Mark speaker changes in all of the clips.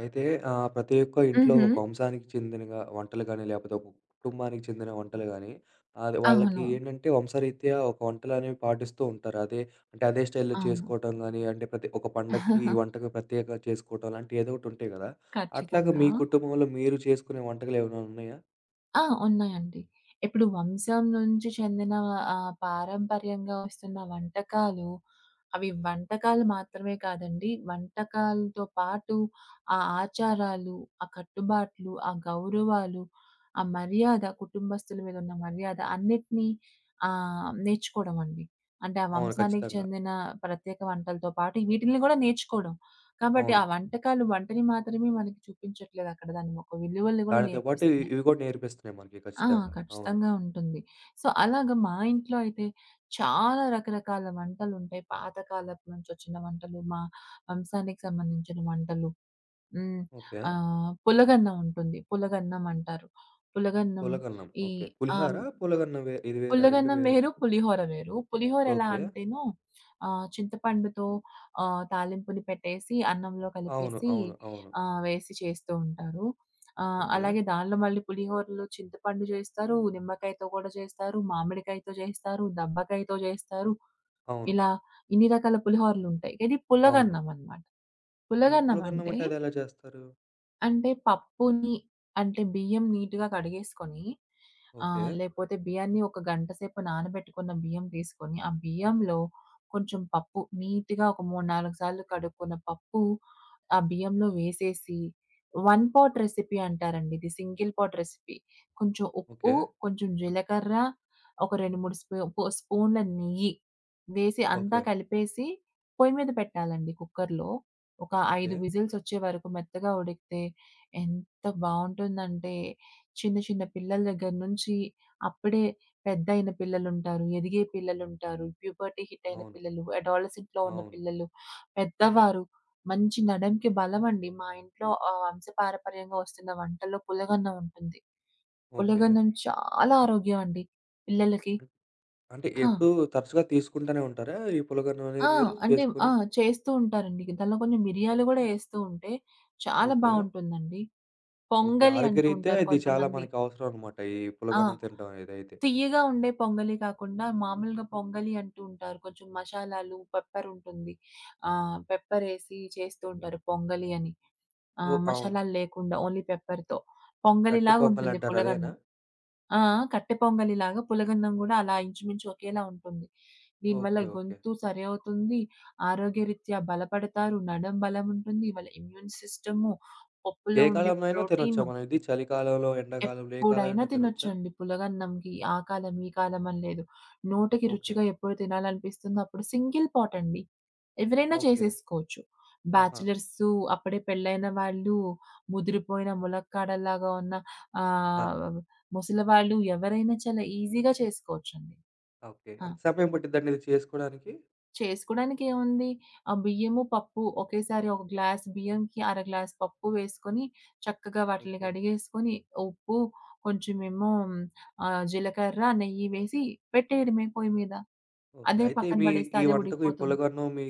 Speaker 1: అయితే ప్రతి ఒక్క ఇంట్లో
Speaker 2: హుహు.
Speaker 1: ఒక వంశానికి చెందినగా వంటలు గానీ, లేకపోతే ఒక కుటుంబానికి చెందిన వంటలు గానీ, అది వాళ్ళకి
Speaker 2: అవును.
Speaker 1: ఏంటంటే వంశరీత్యా ఒక వంటలనేవి పాటిస్తూ ఉంటారు. అదే అంటే అదే స్టైల్‌లో
Speaker 2: అవును.
Speaker 1: చేసుకోవటం గానీ, అంటే ప్రతి ఒక పండక్కి ఈ వంటకం ప్రత్యేకంగా చేసుకోవటం అలాంటివి ఏదో ఒకటి ఉంటాయి గదా! అట్లాగా
Speaker 2: ఖచ్చితంగా.
Speaker 1: మీ కుటుంబంలో మీరు చేసుకునే వంటకాలు ఏమైనా ఉన్నాయా?
Speaker 2: ఆ! ఉన్నాయండి. ఇప్పుడు వంశం నుంచి చెందిన పారంపర్యంగా వస్తున్న వంటకాలు, అవి వంటకాలు మాత్రమే కాదండి. వంటకాలతో పాటు ఆ ఆచారాలు, ఆ కట్టుబాట్లు, ఆ గౌరవాలు, ఆ మర్యాద కుటుంబస్తుల మీద ఉన్న మర్యాద అన్నిటిని నేర్చుకోవడం అండి. అంటే ఆ
Speaker 1: అవును.
Speaker 2: వంశానికి
Speaker 1: ఖచ్చితంగా.
Speaker 2: చెందిన ప్రత్యేక వంటలతో పాటు వీటిల్ని కూడా నేర్చుకోవడం. కాబట్టి
Speaker 1: అవును.
Speaker 2: ఆ వంటకాలు వంటని మాత్రమే మనకి చూపించట్లేదు అక్కడ. దాని ఒక విలువల్ని కూడా
Speaker 1: దానితో పాటు ఇ
Speaker 2: నేర్పిస్తున్నాయి.
Speaker 1: ఇవి కూడా నేర్పిస్తున్నాయి మనకి
Speaker 2: ఆ!
Speaker 1: ఖచ్చితంగా. అవును.
Speaker 2: ఖచ్చితంగా ఉంటుంది. సో, అలాగా మా ఇంట్లో అయితే చాలా రకరకాల వంటలుంటాయి. పాతకాలపు నుంచొచ్చిన వంటలు, మా వంశానికి సంబంధించిన వంటలు. హ్మ్.
Speaker 1: ఓకే.
Speaker 2: పులగన్నం ఉంటుంది. పులగన్నం అంటారు. పులగన్నం
Speaker 1: పులగన్నం.
Speaker 2: ఈ
Speaker 1: ఓకే. పులిహార?
Speaker 2: ఆహ్
Speaker 1: పులగన్నం ఇది వేరా? 2
Speaker 2: పులగన్నం
Speaker 1: వేరా?
Speaker 2: వేరు, పులిహోర వేరు. పులిహోర ఎలా
Speaker 1: ఓకే.
Speaker 2: అంటేను చింతపండుతో తాలింపుని పెట్టేసి అన్నంలో
Speaker 1: అవును.
Speaker 2: కలిపేసి
Speaker 1: అవును. అవును.
Speaker 2: వేసి చేస్తూ ఉంటారు.
Speaker 1: ఓకే.
Speaker 2: అలాగే దానిలో మళ్ళీ పులిహోరలో చింతపండు చేస్తారు, నిమ్మకాయతో కూడా చేస్తారు, మామిడికాయతో చేస్తారు, దబ్బకాయతో చేస్తారు.
Speaker 1: అవును.
Speaker 2: ఇలా ఇన్ని రకాల పులిహోరలుంటాయి. ఇది
Speaker 1: అవును.
Speaker 2: పులగన్నం అన్నమాట.
Speaker 1: హ్మ్.
Speaker 2: పులగన్నం
Speaker 1: పులగన్నం
Speaker 2: అంటే
Speaker 1: అంటే అదెలా చేస్తారు?
Speaker 2: అంటే పప్పుని అంటే బియ్యం నీట్‌గా కడిగేసుకొని
Speaker 1: ఓకే.
Speaker 2: లేపోతే బియ్యాన్ని ఒక గంట సేపు నానబెట్టుకున్న బియ్యం తీసుకొని, ఆ బియ్యంలో కొంచెం పప్పు నీట్‌గా ఒక 3, 4 సార్లు కడుక్కున్న పప్పు ఆ బియ్యంలో వేసేసి, వన్ పాట్ రెసిపీ అంటారండి. ఇది సింగిల్ పాట్ రెసిపీ. కొంచెం ఉప్పు,
Speaker 1: ఓకే.
Speaker 2: కొంచెం జీలకర్ర, ఒక 2, 3 స్పూన్ల నెయ్యి వేసి అంతా
Speaker 1: ఓకే.
Speaker 2: కలిపేసి పొయ్యి మీద పెట్టాలండి కుక్కర్‌లో. ఒక
Speaker 1: ఓకే.
Speaker 2: 5 విజిల్స్ వచ్చే వరకు మెత్తగా ఉడికితే ఎంత బావుంటుందంటే, చిన్న చిన్న పిల్లల దగ్గర నుంచి అప్పుడే పెద్దయిన పిల్లలుంటారు, ఎదిగే పిల్లలుంటారు, ప్యూబర్టీ హిట్ అయిన
Speaker 1: అవును.
Speaker 2: పిల్లలు, అడాలసెంట్‌లో ఉన్న
Speaker 1: అవును.
Speaker 2: పిల్లలు, పెద్దవారు. మంచి నడెంకి బలమండి. మా ఇంట్లో వంశపారపర్యంగా వస్తున్న వంటల్లో పులగన్నం ఉంటుంది.
Speaker 1: ఓకే.
Speaker 2: పులగన్నం చాలా ఆరోగ్యం అండి పిల్లలకి.
Speaker 1: అన్ అంటే
Speaker 2: ఆ!
Speaker 1: ఎప్పుడూ తరచుగా తీసుకుంటానే ఉంటారా? ఈ పులగన్నం అనేది
Speaker 2: ఆ!
Speaker 1: మీరు
Speaker 2: అంటే ఆ!
Speaker 1: చేసుకొని?
Speaker 2: చేస్తూ ఉంటారండి. దానిలో కొంచెం మిరియాలు గూడా యేస్తూ ఉంటే చాలా
Speaker 1: ఓకే.
Speaker 2: బావుంటుందండి.
Speaker 1: ఓకే.
Speaker 2: పొంగలి అంటూ
Speaker 1: ఆరోగ్యరీత్యా
Speaker 2: ఉంటారు
Speaker 1: ఇది చాలా
Speaker 2: కొంతమంది.
Speaker 1: మనకి అవసరం అనమాట. ఈ
Speaker 2: ఆ!
Speaker 1: పులగన్నం తినడం అనేదైతే.
Speaker 2: తియ్యగా ఉండే పొంగలి కాకుండా మామూలుగా పొంగలి అంటూ ఉంటారు. కొంచెం మషాలాలు, పెప్పర్ ఉంటుంది. పెప్పర్ ఏసి చేస్తూ ఉంటారు పొంగలి అని.
Speaker 1: ఓహ్! అవును.
Speaker 2: మషాలాలు లేకుండా ఓన్లీ పెప్పర్‌తో.
Speaker 1: కట్టె
Speaker 2: పొంగలిలాగా ఉంటుంది
Speaker 1: పొంగలంటారు అదేనా?
Speaker 2: పులగన్నం. ఆ! ఆ! కట్టె పొంగలిలాగా పులగన్నం గూడా అలా ఇంచుమించు ఒకేలా ఉంటుంది. దీనివల్ల
Speaker 1: ఓకే. ఓకే.
Speaker 2: గొంతు సరవుతుంది. ఆరోగ్యరీత్యా బలపడతారు. నడం బలం ఉంటుంది. వాళ్ళ ఇమ్యూన్ సిస్టము,
Speaker 1: ఏ
Speaker 2: పప్పులో ఉండే
Speaker 1: కాలంలో అయినా తినొచ్చా
Speaker 2: ప్రోటీన్
Speaker 1: మనం ఇది? చలికాలంలో, ఎండాకాలంలో ఏ
Speaker 2: ఎప్పుడైనా
Speaker 1: కాలమైనా తినొచ్చా?
Speaker 2: తినొచ్చండి. పులగన్నంకి ఆ కాలం, ఈ కాలం అని లేదు. నోటికి
Speaker 1: ఓకే.
Speaker 2: రుచిగా ఎప్పుడు తినాలనిపిస్తుందో అప్పుడు సింగిల్ పాట్ అండి. ఎవరైనా
Speaker 1: ఓకే.
Speaker 2: చేసేసుకోవచ్చు.
Speaker 1: ఆహా!
Speaker 2: బ్యాచిలర్సు, అప్పుడే పెళ్ళైన వాళ్ళు, ముదిరిపోయిన ములక్కాడల్లాగా ఉన్న
Speaker 1: ఆహా!
Speaker 2: ఆహ్, ముసలివాళ్ళు ఎవరైనా చాలా ఈజీగా చేసుకోవచ్చండి.
Speaker 1: ఓకే.
Speaker 2: ఆ!
Speaker 1: ఎంత సమయం పట్టిద్దండి ఇది చేసుకోడానికి?
Speaker 2: చేసుకోడానికేముంది? ఆ బియ్యము, పప్పు ఒకేసారి ఒక గ్లాస్ బియ్యంకి అర గ్లాస్ పప్పు వేసుకొని, చక్కగా వాటిలిని
Speaker 1: ఓకే.
Speaker 2: కడిగేసుకొని, ఉప్పు, కొంచెమేమో జీలకర్ర, నెయ్యి వేసి పెట్టేయడమే పొయ్యి మీద.
Speaker 1: ఓకే.
Speaker 2: అదే
Speaker 1: అయితే
Speaker 2: పక్కన
Speaker 1: మీ
Speaker 2: పడేస్తే
Speaker 1: ఈ
Speaker 2: అదే
Speaker 1: వంటకు, ఈ
Speaker 2: ఉడికిపోతుంది.
Speaker 1: పులగన్నం మీ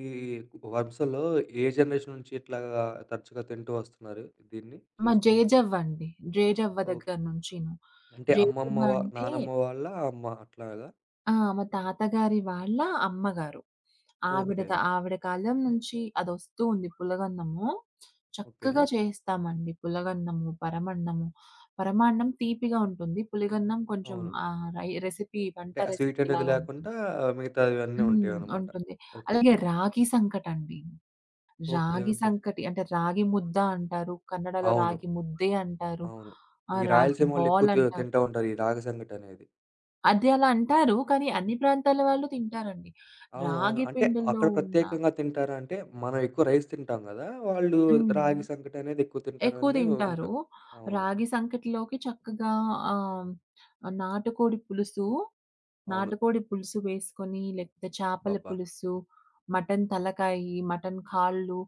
Speaker 1: వంశంలో ఏ జనరేషన్ నుంచి ఇట్లాగా తరచుగా తింటూ వస్తున్నారు దీన్ని
Speaker 2: మా
Speaker 1: చేసుకుంటూ?
Speaker 2: జేజవ్వ అండి. జేజవ్వ
Speaker 1: ఓహ్!
Speaker 2: దగ్గర నుంచీను.
Speaker 1: అంటే
Speaker 2: జేజవ్వ
Speaker 1: అమ్మమ్మ వా
Speaker 2: అంటే
Speaker 1: నానమ్మ వాళ్ళ అమ్మ అట్లాగా?
Speaker 2: ఆ! మా తాతగారి వాళ్ళ అమ్మగారు.
Speaker 1: ఓకే.
Speaker 2: ఆవిడ కాలం నుంచి అదొస్తూ ఉంది పులగన్నము.
Speaker 1: ఓకే.
Speaker 2: చక్కగా చేస్తామండి పులగన్నము, పరమన్నము. పరమాన్నం తీపిగా ఉంటుంది. పులిగన్నం కొంచెం
Speaker 1: అవును.
Speaker 2: రై రెసిపీ వంట
Speaker 1: అంటే ఆ స్వీట్ అనేది
Speaker 2: రెసిపీలాగా
Speaker 1: లేకుండా
Speaker 2: ఉంటుంది.
Speaker 1: మిగతావన్నీ
Speaker 2: హ్మ్.
Speaker 1: ఉంటాయన్నమాట.
Speaker 2: ఉంటుంది.
Speaker 1: ఓకే.
Speaker 2: అలాగే రాగి సంకటండి.
Speaker 1: ఓకే.
Speaker 2: రాగి
Speaker 1: ఓకే.
Speaker 2: సంకటి అంటే రాగి ముద్ద అంటారు. కన్నడలో
Speaker 1: అవును.
Speaker 2: రాగి ముద్దే అంటారు.
Speaker 1: అవును.
Speaker 2: ఆ!
Speaker 1: ఈ
Speaker 2: రాగి
Speaker 1: రాయలసీమ వాళ్ళు ఎక్కువ
Speaker 2: బాల్ అంటారు.
Speaker 1: తింటూ ఉంటారు ఈ రాగి సంగటనేది.
Speaker 2: అది అలా అంటారు. కానీ అన్ని ప్రాంతాల వాళ్ళు తింటారండి.
Speaker 1: అవునవును.
Speaker 2: రాగి
Speaker 1: అంటే
Speaker 2: పిండిల్లో
Speaker 1: అక్కడ
Speaker 2: ఉన్న
Speaker 1: ప్రత్యేకంగా తింటారా? అంటే మనం ఎక్కువ రైస్ తింటాం గదా! వాళ్ళు రాగి
Speaker 2: హ్మ్.
Speaker 1: సంకటి అనేది ఎక్కువ
Speaker 2: ఎక్కువ
Speaker 1: తింటారని వింట
Speaker 2: తింటారు.
Speaker 1: అవును.
Speaker 2: రాగి సంకటిలోకి చక్కగా ఆహ్, నాటుకోడి పులుసు
Speaker 1: అవును.
Speaker 2: వేసుకొని, లేకపోతే చేపల
Speaker 1: అబ్బబ్బా!
Speaker 2: పులుసు, మటన్ తలకాయి, మటన్ కాళ్ళు,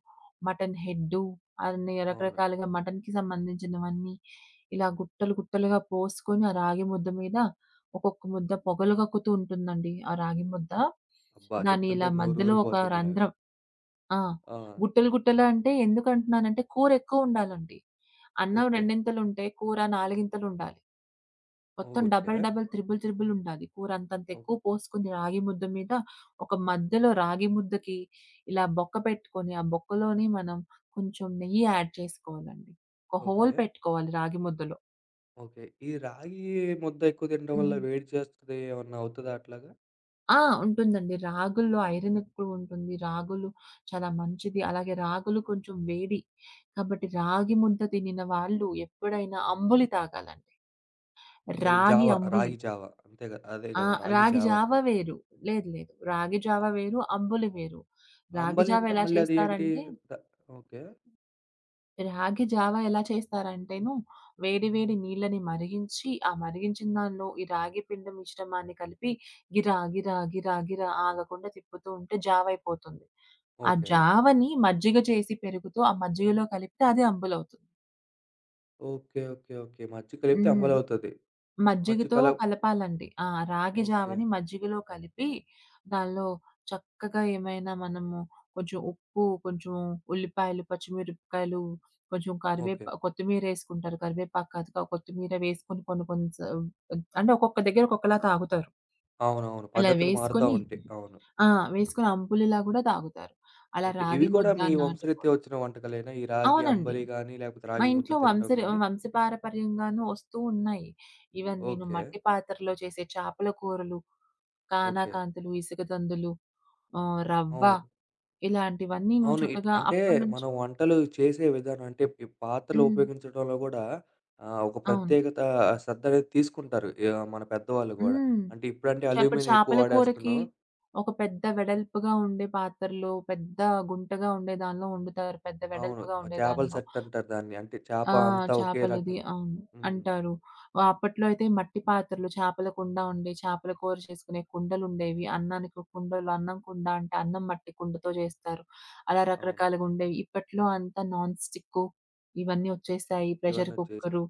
Speaker 2: మటన్ హెడ్డు అన్ని
Speaker 1: అవును.
Speaker 2: రకరకాలుగా మటన్‌కి సంబంధించినవన్నీ ఇలా గుట్టలు గుట్టలుగా పోసుకొని, ఆ రాగి ముద్ద మీద ఒక్కొక్క ముద్ద పొగలు కక్కుతూ ఉంటుందండి ఆ రాగి ముద్ద.
Speaker 1: అబ్బా!
Speaker 2: దాన్ని
Speaker 1: చెప్తుంటే
Speaker 2: ఇలా మధ్యలో ఒక
Speaker 1: నోరూరిపోతుంది నాకు.
Speaker 2: రంధ్రం ఆ!
Speaker 1: ఆ!
Speaker 2: గుట్టలు గుట్టలు అంటే ఎందుకంటున్నానంటే కూర ఎక్కువ ఉండాలండి. అన్నం
Speaker 1: ఓకే.
Speaker 2: రెండింతలుంటే కూర నాలుగింతలుండాలి. మొత్తం
Speaker 1: okay.
Speaker 2: Double, double, triple, triple ఉండాలి. కూర అంతంత
Speaker 1: ఓ
Speaker 2: ఎక్కువ పోసుకొని రాగి ముద్ద మీద ఒక మధ్యలో రాగి ముద్దకి ఇలా బొక్క పెట్టుకొని, ఆ బొక్కలోనే మనం కొంచెం నెయ్యి యాడ్ చేసుకోవాలండి. ఒక
Speaker 1: ఓకే.
Speaker 2: హోల్ పెట్టుకోవాలి రాగి ముద్దలో.
Speaker 1: ఓకే. ఈ రాగి ముద్ద ఎక్కువ తినడం వల్ల
Speaker 2: హ్మ్.
Speaker 1: వేడి చేస్తది ఏమన్నా అవుతదా అట్లాగా?
Speaker 2: ఆ! ఉంటుందండి. రాగుల్లో ఐరన్ ఎక్కువ ఉంటుంది. రాగులు చాలా మంచిది. అలాగే రాగులు కొంచెం వేడి. కాబట్టి రాగి ముద్ద తినిన వాళ్ళు ఎప్పుడైనా అంబులి తాగాలండి.
Speaker 1: అంబలి
Speaker 2: రాగి
Speaker 1: జావ,
Speaker 2: అంబులి.
Speaker 1: రాగి జావ అంతే గదా! అదే
Speaker 2: ఆ!
Speaker 1: గదా! రాగి
Speaker 2: రాగి
Speaker 1: జావ
Speaker 2: జావ
Speaker 1: అంటారు.
Speaker 2: వేరు. లేదు లేదు. రాగి జావ వేరు, అంబులి వేరు. రాగి
Speaker 1: అంబలి
Speaker 2: జావ
Speaker 1: అంటే
Speaker 2: ఎలా
Speaker 1: మళ్ళీ అది ఏంటి?
Speaker 2: చేస్తారంటే,
Speaker 1: ద ఓకే.
Speaker 2: రాగి జావ ఎలా చేస్తారంటేను, వేడి వేడి నీళ్ళని మరిగించి, ఆ మరిగించిన దానిలో ఈ రాగి పిండి మిశ్రమాన్ని కలిపి గిరా గిరా గిరా గిరా ఆగకుండా తిప్పుతూ ఉంటే జావ అయిపోతుంది. ఆ
Speaker 1: ఓకే.
Speaker 2: జావని మజ్జిగ చేసి పెరుగుతో ఆ మజ్జిగలో కలిపితే అది అంబులవుతుంది.
Speaker 1: ఓకే. ఓకే. ఓకే. మజ్జిగ కలిపితే
Speaker 2: హ్మ్.
Speaker 1: అంబలవుతది. మజ్జిగ
Speaker 2: మజ్జిగతో
Speaker 1: కల
Speaker 2: కలపాలండి. ఆ! రాగి
Speaker 1: ఓకే.
Speaker 2: జావని మజ్జిగలో కలిపి దానిలో చక్కగా ఏమైనా మనము కొంచెం ఉప్పు, కొంచెం ఉల్లిపాయలు, పచ్చిమిరపకాయలు, కొంచెం
Speaker 1: ఓకే.
Speaker 2: కరివేపా కొత్తిమీరేసుకుంటారు. కరివేపాకు కాదు కొత్తిమీర వేసుకొని కొన్ని కొన్ని అంటే ఒక్కొక్క దగ్గర ఒక్కొక్కలా తాగుతారు.
Speaker 1: అవునవును.
Speaker 2: అలా
Speaker 1: పద్ధతులు మారుతా
Speaker 2: వేసుకొని
Speaker 1: ఉంటాయి. అవును.
Speaker 2: ఆ! వేసుకొని అంబులిలా గూడా తాగుతారు. అలా
Speaker 1: ఓకే. ఇవి
Speaker 2: రాగి
Speaker 1: కూడా
Speaker 2: ముద్ద
Speaker 1: మీ వంశరీత్యా
Speaker 2: నాటుకోడి
Speaker 1: వచ్చిన వంటకాలేనా? ఈ రాగి
Speaker 2: అవునండి.
Speaker 1: అంబలి గాని, లేకపోతే
Speaker 2: మా
Speaker 1: రాగి
Speaker 2: ఇంట్లో
Speaker 1: ముద్ద తినటం గాని?
Speaker 2: వంశపారపర్యంగాను వస్తూ ఉన్నాయి. ఈవెన్ నేను
Speaker 1: ఓకే.
Speaker 2: మట్టి పాత్రలో చేసే చేపల కూరలు,
Speaker 1: ఓకే.
Speaker 2: కానాకాంతులు, ఇసుక దందులు, రవ్వ
Speaker 1: అవును.
Speaker 2: ఇలాంటివన్నీను
Speaker 1: అవును. ఇట్
Speaker 2: చక్కగా
Speaker 1: అంటే
Speaker 2: అప్పటినుంచి
Speaker 1: మనం వంటలు చేసే విధానం అంటే ఈ పాత్రలు
Speaker 2: హ్మ్.
Speaker 1: ఉపయోగించడంలో గూడా ఒక
Speaker 2: అవును.
Speaker 1: ప్రత్యేకత శ్రద్ధ అనేది తీసుకుంటారు. యాహ్! మన పెద్దవాళ్ళు గూడా.
Speaker 2: హ్మ్.
Speaker 1: అంటే ఇప్పుడంటే
Speaker 2: చప్పుడు
Speaker 1: అల్యూమినియం ఎక్కువ
Speaker 2: చేపల కూరకి
Speaker 1: వాడేస్తున్నాం.
Speaker 2: ఒక పెద్ద వెడల్పుగా ఉండే పాత్రలో, పెద్ద గుంటగా ఉండే దానిలో వండుతారు. పెద్ద
Speaker 1: అవును.
Speaker 2: వెడల్పుగా
Speaker 1: ఆ
Speaker 2: ఉండే
Speaker 1: చేపల
Speaker 2: దానిలో.
Speaker 1: సెట్ అంటారు దాన్ని. అంటే చేప
Speaker 2: ఆ!
Speaker 1: అంతా ఒకే రకం.
Speaker 2: చేపలది. అవును.
Speaker 1: హ్మ్.
Speaker 2: అంటారు. అప్పట్లో అయితే మట్టి పాత్రలు, చేపల కుండ ఉండే, చేపల కూర చేసుకునే కుండలుండేవి. అన్నానికి ఒక కుండలు, అన్నం కుండ అంటే అన్నం మట్టి కుండతో చేస్తారు. అలా
Speaker 1: అవును.
Speaker 2: రకరకాలుగా ఉండేవి. ఇప్పట్లో అంతా నాన్ స్టిక్కు ఇవన్నీ వచ్చేసాయి.
Speaker 1: ఇవన్నీ
Speaker 2: ప్రెషర్
Speaker 1: వచ్చేసినియి.
Speaker 2: Cooker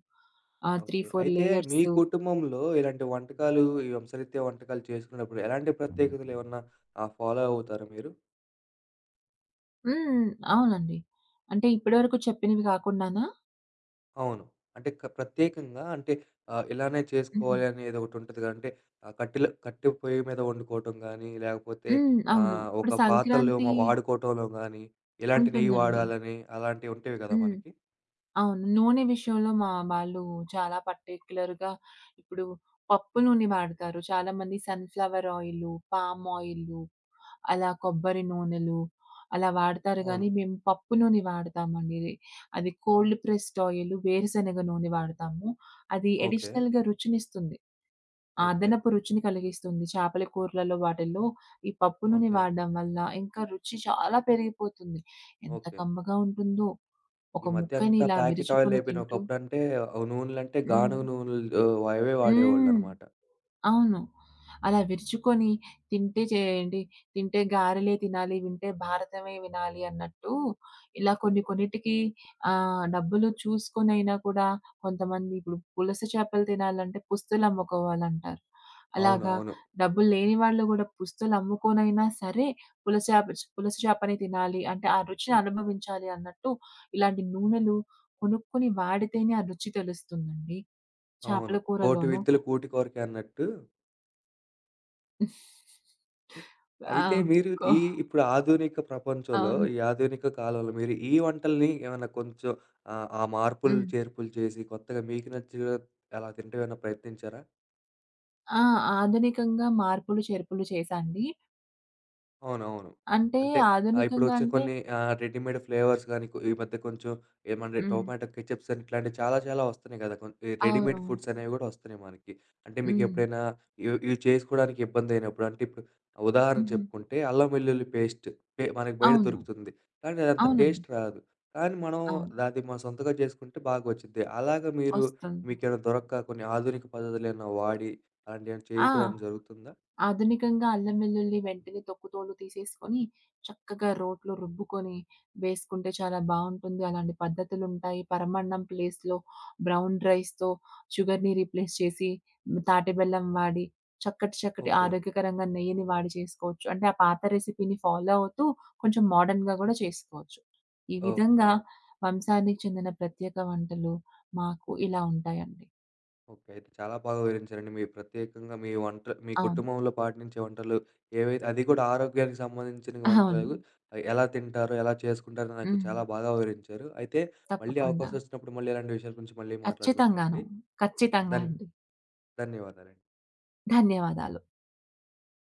Speaker 2: 3,
Speaker 1: okay.
Speaker 2: 4
Speaker 1: అయితే మీ
Speaker 2: లేయర్సు.
Speaker 1: కుటుంబంలో ఇలాంటి వంటకాలు, ఈ వంశరీత్యా వంటకాలు చేసుకున్నప్పుడు ఎలాంటి ప్రత్యేకతలు ఏమన్నా ఫాలో అవుతారా మీరు?
Speaker 2: హ్మ్. అవునండి. అంటే ఇప్పటివరకు చెప్పినవి కాకుండానా?
Speaker 1: అవును. అంటే ప్రత్యేకంగా అంటే ఇలానే
Speaker 2: హుహు.
Speaker 1: చేసుకోవాలి అనేది ఒకటి ఉంటది కదా! అంటే కట్టెల కట్టె పొయ్యి మీద వండుకోవటం గానీ, లేకపోతే
Speaker 2: హ్మ్. అవును. ఇప్పుడు
Speaker 1: ఒక పాత్రలు
Speaker 2: సంక్రాంతి
Speaker 1: వాడుకోవటంలో గానీ, ఎలాంటి నెయ్యి
Speaker 2: ఉంటుందండి.
Speaker 1: వాడాలని అలాంటివి ఉంటాయి కదా!
Speaker 2: హ్మ్.
Speaker 1: మనకి.
Speaker 2: అవును. నూనె విషయంలో మా వాళ్ళు చాలా పర్టిక్యులర్‌గా ఇప్పుడు పప్పు నూనె వాడతారు. చాలామంది సన్‌ఫ్లవర్ ఆయిలు, పామ్ ఆయిలు, అలా కొబ్బరి నూనెలు అలా వాడతారు
Speaker 1: అవును.
Speaker 2: గానీ, మేము పప్పు నూనె వాడతామండి. అది కోల్డ్ ప్రెస్డ్ ఆయిలు, వేరుశనగ నూనె వాడతాము. అది
Speaker 1: ఓకే.
Speaker 2: అడిషనల్‌గా రుచినిస్తుంది. ఆ
Speaker 1: ఓకే.
Speaker 2: అదనపు రుచిని కలిగిస్తుంది. చేపల కూరలలో వాటిల్లో ఈ పప్పు నూనె
Speaker 1: ఓకే.
Speaker 2: వాడడం వల్ల ఇంకా రుచి చాలా పెరిగిపోతుంది. ఎంత
Speaker 1: ఓకే.
Speaker 2: కమ్మగా ఉంటుందో!
Speaker 1: ఈ
Speaker 2: ఒక
Speaker 1: మధ్య
Speaker 2: ముక్కని
Speaker 1: అంతా
Speaker 2: ఇలా
Speaker 1: ప్యాకెట్
Speaker 2: విరుచుకొని
Speaker 1: ఆయిల్‌లయిపోయినాయి.
Speaker 2: తింటూ
Speaker 1: ఒకప్పుడంటే నూనెలంటే గానుగ
Speaker 2: హ్మ్.
Speaker 1: నూనెలు అవే
Speaker 2: హ్మ్.
Speaker 1: వాడేవాళ్ళనమాట.
Speaker 2: అవును. అలా విరుచుకొని తింటే చేయండి, తింటే గారెలే తినాలి, వింటే భారతమే వినాలి అన్నట్టు ఇలా కొన్ని కొన్నిటికి డబ్బులు చూసుకొనైనా కూడా కొంతమంది ఇప్పుడు పులస చేపలు తినాలంటే పుస్తులమ్ముకోవాలంటారు.
Speaker 1: అవును.
Speaker 2: అలాగా
Speaker 1: అవును.
Speaker 2: డబ్బులు లేని వాళ్ళు గూడా పుస్తులమ్ముకొనైనా సరే పులస చేప పులస చేపనే తినాలి అంటే ఆ రుచిని అనుభవించాలి అన్నట్టు ఇలాంటి నూనెలు కొనుక్కొని వాడితేనే ఆ రుచి తెలుస్తుందండి.
Speaker 1: అవును.
Speaker 2: చేపల
Speaker 1: కోటి
Speaker 2: కూరలోను.
Speaker 1: విత్తులు కూటి కొరకే అన్నట్టు.
Speaker 2: ఆ!
Speaker 1: అయితే మీరు
Speaker 2: కో
Speaker 1: ఈ ఇప్పుడు ఆధునిక ప్రపంచంలో,
Speaker 2: అవును.
Speaker 1: ఈ ఆధునిక కాలంలో మీరు ఈ వంటల్ని ఏమన్నా కొంచెం ఆ మార్పులు,
Speaker 2: హ్మ్.
Speaker 1: చేర్పులు చేసి కొత్తగా మీకు నచ్చిన అలా తింటే ఏమైనా ప్రయత్నించారా?
Speaker 2: ఆ! ఆధునికంగా మార్పులు, చేర్పులు చేశాండి.
Speaker 1: అవునవును.
Speaker 2: అంటే
Speaker 1: అంటే
Speaker 2: ఆధునికంగా
Speaker 1: ఇప్పుడొచ్చే
Speaker 2: అంటే
Speaker 1: కొన్ని రెడీమేడ్ ఫ్లేవర్స్ గాని, ఈ మధ్య కొంచెం ఏమంటే
Speaker 2: హ్మ్.
Speaker 1: టొమాటో కెచప్స్ అని ఇట్లాంటివి చాలా చాలా వస్తున్నాయి గదా! ఈ రెడీమేడ్
Speaker 2: అవును.
Speaker 1: ఫుడ్స్ అనేవి గూడా వస్తున్నాయి మనకి. అంటే
Speaker 2: హ్మ్.
Speaker 1: మీకెప్పుడైనా ఇవి ఇవి చేసుకోవడానికి ఇబ్బందయినప్పుడు అంటే ఇప్పుడు ఉదాహరణకు
Speaker 2: హుహు.
Speaker 1: చెప్పుకుంటే అల్లం వెల్లుల్లి పేస్ట్ మనకి బయట
Speaker 2: అవును.
Speaker 1: దొరుకుతుంది. కానీ అదంత
Speaker 2: అవునండి.
Speaker 1: టేస్ట్ రాదు. కానీ మనం
Speaker 2: అవును.
Speaker 1: అది మన సొంతగా చేసుకుంటే బాగొచ్చిద్ది. అలాగా మీరు
Speaker 2: వస్తుంది.
Speaker 1: మీకేమైనా దొరక్క కొన్ని ఆధునిక పద్ధతులేమైనా వాడి అలాంటివేమైనా
Speaker 2: ఆ!
Speaker 1: చేయటం ఏమైనా జరుగుతుందా?
Speaker 2: ఆధునికంగా అల్లం వెల్లుల్లి వెంటనే తొక్కు తోలు తీసేసుకొని, చక్కగా రోట్లో రుబ్బుకొని వేసుకుంటే చాలా బావుంటుంది. అలాంటి పద్ధతులుంటాయి. పరమాన్నం ప్లేస్‌లో బ్రౌన్ రైస్‌తో షుగర్‌ని రీప్లేస్ చేసి తాటి బెల్లం వాడి చక్కటి చక్కటి
Speaker 1: ఓకే.
Speaker 2: ఆరోగ్యకరంగా నెయ్యిని వాడి చేసుకోవచ్చు. అంటే ఆ పాత రెసిపీని ఫాలో అవుతూ కొంచెం మోడర్న్‌గా గూడా చేసుకోవచ్చు. ఈ
Speaker 1: ఓకే.
Speaker 2: విధంగా
Speaker 1: ఓకే.
Speaker 2: వంశానికి చెందిన ప్రత్యేక వంటలు మాకు ఇలా ఉంటాయండి.
Speaker 1: ఓకే. అయితే చాలా బాగా వివరించారండి. మీ ప్రత్యేకంగా మీ వంట మీ
Speaker 2: అవును.
Speaker 1: కుటుంబంలో పాటించే వంటలు ఏవైతే అది కూడా ఆరోగ్యానికి సంబంధించిన
Speaker 2: అవును.
Speaker 1: వంటలు ఎలా తింటారు? ఎలా చేసుకుంటారో నాకు
Speaker 2: హ్మ్.
Speaker 1: చాలా బాగా వివరించారు. అయితే మళ్ళీ
Speaker 2: తప్పకుండా.
Speaker 1: అవకాశం వచ్చినప్పుడు మళ్ళీ ఇలాంటి విషయాల గురించి మళ్ళీ
Speaker 2: ఖచ్చితంగాను.
Speaker 1: మాట్లాడుకుందామండి.
Speaker 2: ఖచ్చితంగా
Speaker 1: ధన్
Speaker 2: అండి.
Speaker 1: ధన్యవాదాలండి.
Speaker 2: ధన్యవాదాలు.